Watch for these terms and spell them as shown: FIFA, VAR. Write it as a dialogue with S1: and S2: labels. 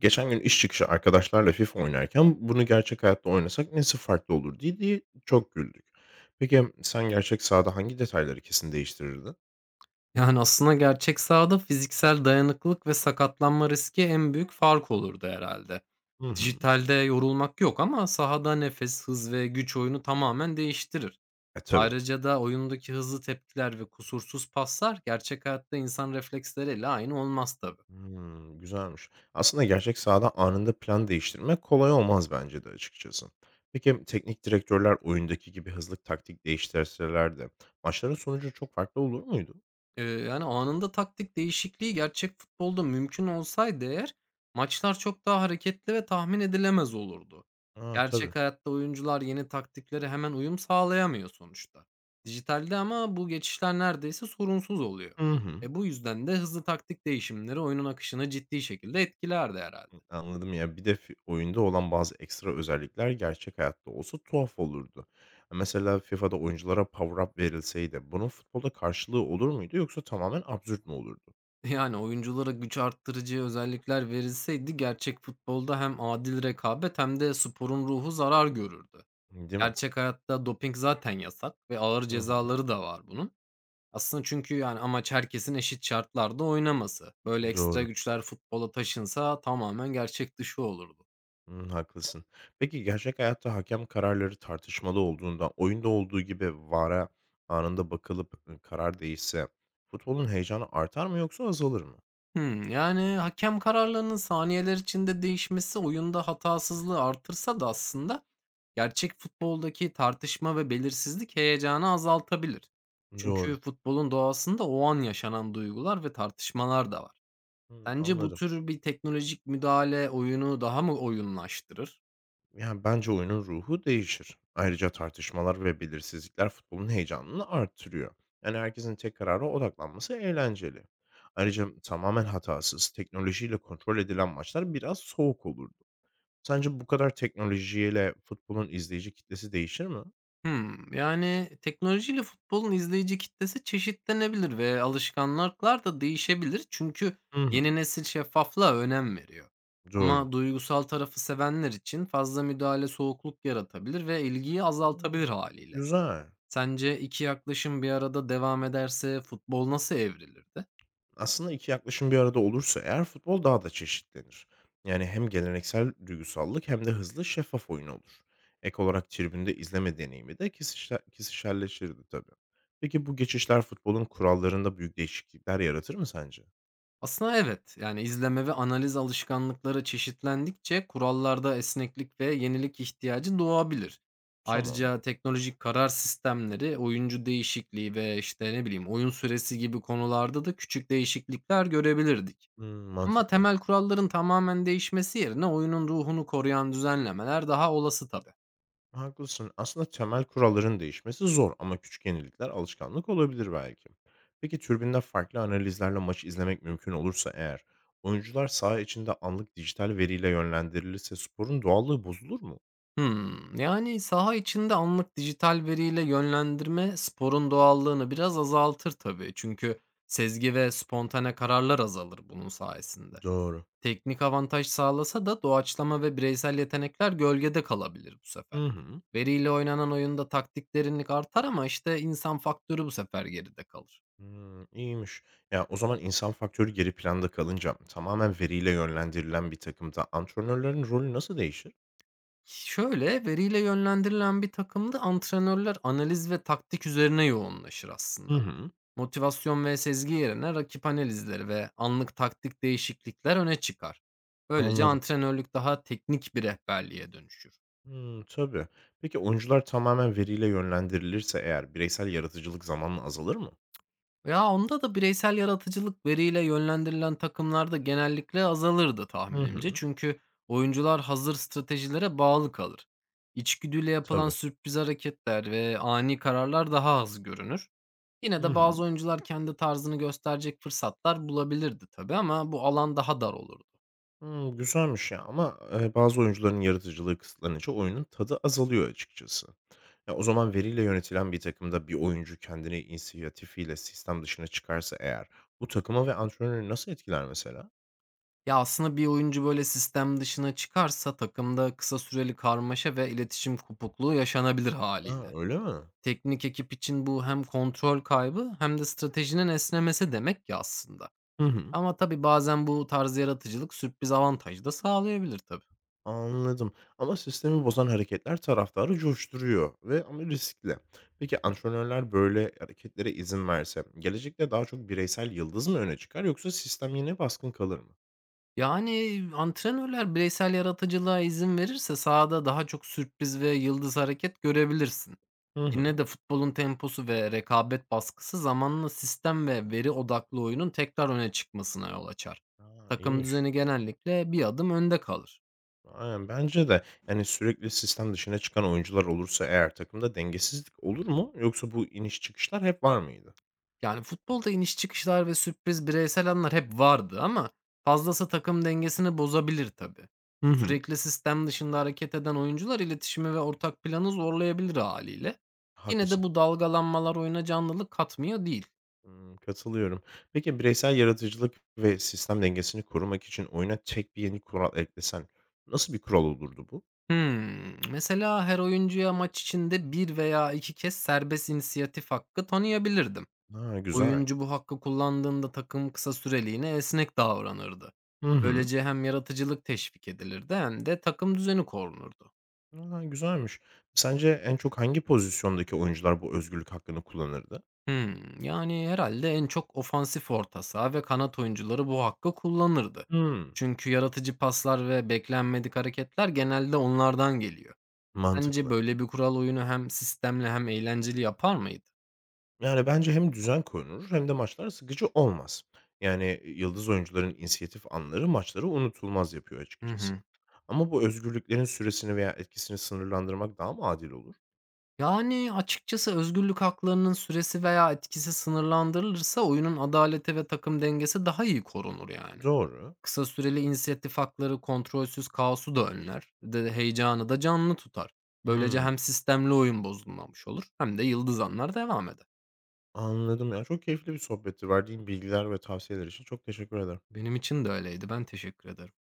S1: Geçen gün iş çıkışı arkadaşlarla FIFA oynarken bunu gerçek hayatta oynasak nesi farklı olur diye çok güldük. Peki sen gerçek sahada hangi detayları kesin değiştirirdin?
S2: Yani, aslında gerçek sahada fiziksel dayanıklılık ve sakatlanma riski en büyük fark olurdu herhalde.
S1: Hı hı.
S2: Dijitalde yorulmak yok ama sahada nefes, hız ve güç oyunu tamamen değiştirir.
S1: Tabii.
S2: Ayrıca da oyundaki hızlı tepkiler ve kusursuz paslar gerçek hayatta insan refleksleriyle aynı olmaz tabii.
S1: Hmm, güzelmiş. Aslında gerçek sahada anında plan değiştirmek kolay olmaz bence de açıkçası. Peki teknik direktörler oyundaki gibi hızlı taktik değiştirseler de maçların sonucu çok farklı olur muydu?
S2: Yani anında taktik değişikliği gerçek futbolda mümkün olsaydı eğer, maçlar çok daha hareketli ve tahmin edilemez olurdu.
S1: Aa, tabii.
S2: Gerçek hayatta oyuncular yeni taktiklere hemen uyum sağlayamıyor sonuçta. Dijitalde ama bu geçişler neredeyse sorunsuz oluyor.
S1: Hı hı.
S2: E bu yüzden de hızlı taktik değişimleri oyunun akışını ciddi şekilde etkilerdi herhalde.
S1: Anladım ya. Bir de fi oyunda olan bazı ekstra özellikler gerçek hayatta olsa tuhaf olurdu. Mesela FIFA'da oyunculara power up verilseydi bunun futbolda karşılığı olur muydu yoksa tamamen absürt mü olurdu?
S2: Yani oyunculara güç arttırıcı özellikler verilseydi gerçek futbolda hem adil rekabet hem de sporun ruhu zarar görürdü.
S1: Değil mi?
S2: Gerçek hayatta doping zaten yasak ve ağır
S1: Hı hı.
S2: cezaları da var bunun. Aslında çünkü, yani, amaç herkesin eşit şartlarda oynaması. Böyle ekstra
S1: Doğru.
S2: güçler futbola taşınsa tamamen gerçek dışı olurdu.
S1: Hı, haklısın. Peki gerçek hayatta hakem kararları tartışmalı olduğunda oyunda olduğu gibi VAR'a anında bakılıp karar değişse futbolun heyecanı artar mı yoksa azalır mı?
S2: Yani, hakem kararlarının saniyeler içinde değişmesi oyunda hatasızlığı artırsa da aslında gerçek futboldaki tartışma ve belirsizlik heyecanı azaltabilir.
S1: Doğru.
S2: Çünkü futbolun doğasında o an yaşanan duygular ve tartışmalar da var.
S1: Hı,
S2: Sence bu
S1: anladım.
S2: tür bir teknolojik müdahale oyunu daha mı oyunlaştırır?
S1: Yani, bence oyunun ruhu değişir. Ayrıca tartışmalar ve belirsizlikler futbolun heyecanını arttırıyor. Yani, herkesin tek karara odaklanması eğlenceli. Ayrıca tamamen hatasız, teknolojiyle kontrol edilen maçlar biraz soğuk olurdu. Sence bu kadar teknolojiyle futbolun izleyici kitlesi değişir mi?
S2: Yani, teknolojiyle futbolun izleyici kitlesi çeşitlenebilir ve alışkanlıklar da değişebilir. Çünkü
S1: Hı
S2: yeni
S1: hı.
S2: nesil şeffaflığa önem veriyor.
S1: Doğru.
S2: Ama duygusal tarafı sevenler için fazla müdahale soğukluk yaratabilir ve ilgiyi azaltabilir
S1: Hımm.
S2: haliyle.
S1: Güzel.
S2: Sence 2 yaklaşım bir arada devam ederse futbol nasıl evrilirdi?
S1: Aslında 2 yaklaşım bir arada olursa eğer futbol daha da çeşitlenir. Yani hem geleneksel duygusallık hem de hızlı şeffaf oyun olur. Ek olarak tribünde izleme deneyimi de kesişerleşirdi tabii. Peki bu geçişler futbolun kurallarında büyük değişiklikler yaratır mı sence?
S2: Aslında evet. Yani izleme ve analiz alışkanlıkları çeşitlendikçe kurallarda esneklik ve yenilik ihtiyacı doğabilir.
S1: Tamam.
S2: Ayrıca teknolojik karar sistemleri, oyuncu değişikliği ve işte ne bileyim oyun süresi gibi konularda da küçük değişiklikler görebilirdik.
S1: Hmm,
S2: Ama
S1: mantıklı.
S2: temel kuralların tamamen değişmesi yerine oyunun ruhunu koruyan düzenlemeler daha olası tabii.
S1: Haklısın. Aslında temel kuralların değişmesi zor ama küçük yenilikler alışkanlık olabilir belki. Peki türbinde farklı analizlerle maçı izlemek mümkün olursa eğer, oyuncular saha içinde anlık dijital veriyle yönlendirilirse sporun doğallığı bozulur mu?
S2: Yani saha içinde anlık dijital veriyle yönlendirme sporun doğallığını biraz azaltır tabii. Çünkü sezgi ve spontane kararlar azalır bunun sayesinde.
S1: Doğru.
S2: Teknik avantaj sağlasa da doğaçlama ve bireysel yetenekler gölgede kalabilir bu sefer.
S1: Hı hı.
S2: Veriyle oynanan oyunda taktik derinlik artar ama işte insan faktörü bu sefer geride kalır.
S1: Hmm, iyiymiş. Ya o zaman insan faktörü geri planda kalınca tamamen veriyle yönlendirilen bir takımda antrenörlerin rolü nasıl değişir?
S2: Şöyle veriyle yönlendirilen bir takımda antrenörler analiz ve taktik üzerine yoğunlaşır
S1: Hı
S2: aslında.
S1: hı.
S2: Motivasyon ve sezgi yerine rakip analizleri ve anlık taktik değişiklikler öne çıkar. Böylece
S1: Anladım.
S2: antrenörlük daha teknik bir rehberliğe dönüşür.
S1: Hımm, tabii. Peki oyuncular tamamen veriyle yönlendirilirse eğer bireysel yaratıcılık zamanla azalır mı?
S2: Ya onda da bireysel yaratıcılık veriyle yönlendirilen takımlarda genellikle azalırdı
S1: Hı
S2: tahminimce.
S1: hı.
S2: Çünkü oyuncular hazır stratejilere bağlı kalır. İçgüdüyle yapılan
S1: Tabii.
S2: sürpriz hareketler ve ani kararlar daha az görünür. Yine
S1: Hı
S2: de
S1: hı.
S2: bazı oyuncular kendi tarzını gösterecek fırsatlar bulabilirdi tabii ama bu alan daha dar olurdu.
S1: Hımm, güzelmiş ya ama, bazı oyuncuların yaratıcılığı kısıtlanınca oyunun tadı azalıyor açıkçası. Ya, o zaman veriyle yönetilen bir takımda bir oyuncu kendini inisiyatifiyle sistem dışına çıkarsa eğer bu takıma ve antrenörü nasıl etkiler mesela?
S2: Ya, aslında bir oyuncu böyle sistem dışına çıkarsa takımda kısa süreli karmaşa ve iletişim kopukluğu yaşanabilir
S1: A,
S2: haliyle.
S1: öyle mi?
S2: Teknik ekip için bu hem kontrol kaybı hem de stratejinin esnemesi demek ya aslında.
S1: Hı hı.
S2: Ama tabii bazen bu tarz yaratıcılık sürpriz avantajı da sağlayabilir tabii.
S1: Anladım ama sistemi bozan hareketler taraftarı coşturuyor ve ama riskli. Peki antrenörler böyle hareketlere izin verse gelecekte daha çok bireysel yıldız mı öne çıkar yoksa sistem yine baskın kalır mı?
S2: Yani, antrenörler bireysel yaratıcılığa izin verirse sahada daha çok sürpriz ve yıldız hareket görebilirsin.
S1: Hı
S2: Yine
S1: hı.
S2: de futbolun temposu ve rekabet baskısı zamanla sistem ve veri odaklı oyunun tekrar öne çıkmasına yol açar.
S1: A,
S2: Takım
S1: iyiymiş.
S2: düzeni genellikle bir adım önde kalır.
S1: Aynen bence de. Yani sürekli sistem dışına çıkan oyuncular olursa eğer takımda dengesizlik olur mu yoksa bu iniş çıkışlar hep var mıydı?
S2: Yani, futbolda iniş çıkışlar ve sürpriz bireysel anlar hep vardı ama fazlası takım dengesini bozabilir tabii.
S1: Hı hı.
S2: Sürekli sistem dışında hareket eden oyuncular iletişimi ve ortak planı zorlayabilir haliyle. Yine de
S1: Haklısın.
S2: bu dalgalanmalar oyuna canlılık katmıyor değil.
S1: Hımm, katılıyorum. Peki bireysel yaratıcılık ve sistem dengesini korumak için oyuna tek bir yeni kural eklesen nasıl bir kural olurdu bu?
S2: Hımm, mesela her oyuncuya maç içinde bir veya 2 kez serbest inisiyatif hakkı tanıyabilirdim.
S1: Ha, güzel.
S2: Oyuncu bu hakkı kullandığında takım kısa süreliğine esnek davranırdı.
S1: Hı hı.
S2: Böylece hem yaratıcılık teşvik edilirdi hem de takım düzeni korunurdu.
S1: A, güzelmiş. Sence en çok hangi pozisyondaki oyuncular bu özgürlük hakkını kullanırdı?
S2: Yani herhalde en çok ofansif orta saha ve kanat oyuncuları bu hakkı kullanırdı.
S1: Hımm,
S2: Çünkü yaratıcı paslar ve beklenmedik hareketler genelde onlardan geliyor. Sence
S1: mantıklı.
S2: böyle bir kural oyunu hem sistemli hem eğlenceli yapar mıydı?
S1: Yani, bence hem düzen korunur hem de maçlar sıkıcı olmaz. Yani, yıldız oyuncuların inisiyatif anları maçları unutulmaz yapıyor
S2: Hı
S1: açıkçası.
S2: hı.
S1: Ama bu özgürlüklerin süresini veya etkisini sınırlandırmak daha mı adil olur?
S2: Yani, açıkçası özgürlük haklarının süresi veya etkisi sınırlandırılırsa oyunun adaleti ve takım dengesi daha iyi korunur yani.
S1: Doğru.
S2: Kısa süreli inisiyatif hakları kontrolsüz kaosu da önler, de heyecanı da canlı tutar. Böylece
S1: Hımm.
S2: hem sistemli oyun bozulmamış olur hem de yıldızanlar devam eder.
S1: Anladım ya. Çok keyifli bir sohbetti. Verdiğin bilgiler ve tavsiyeler için çok teşekkür ederim.
S2: Benim için de öyleydi. Ben teşekkür ederim.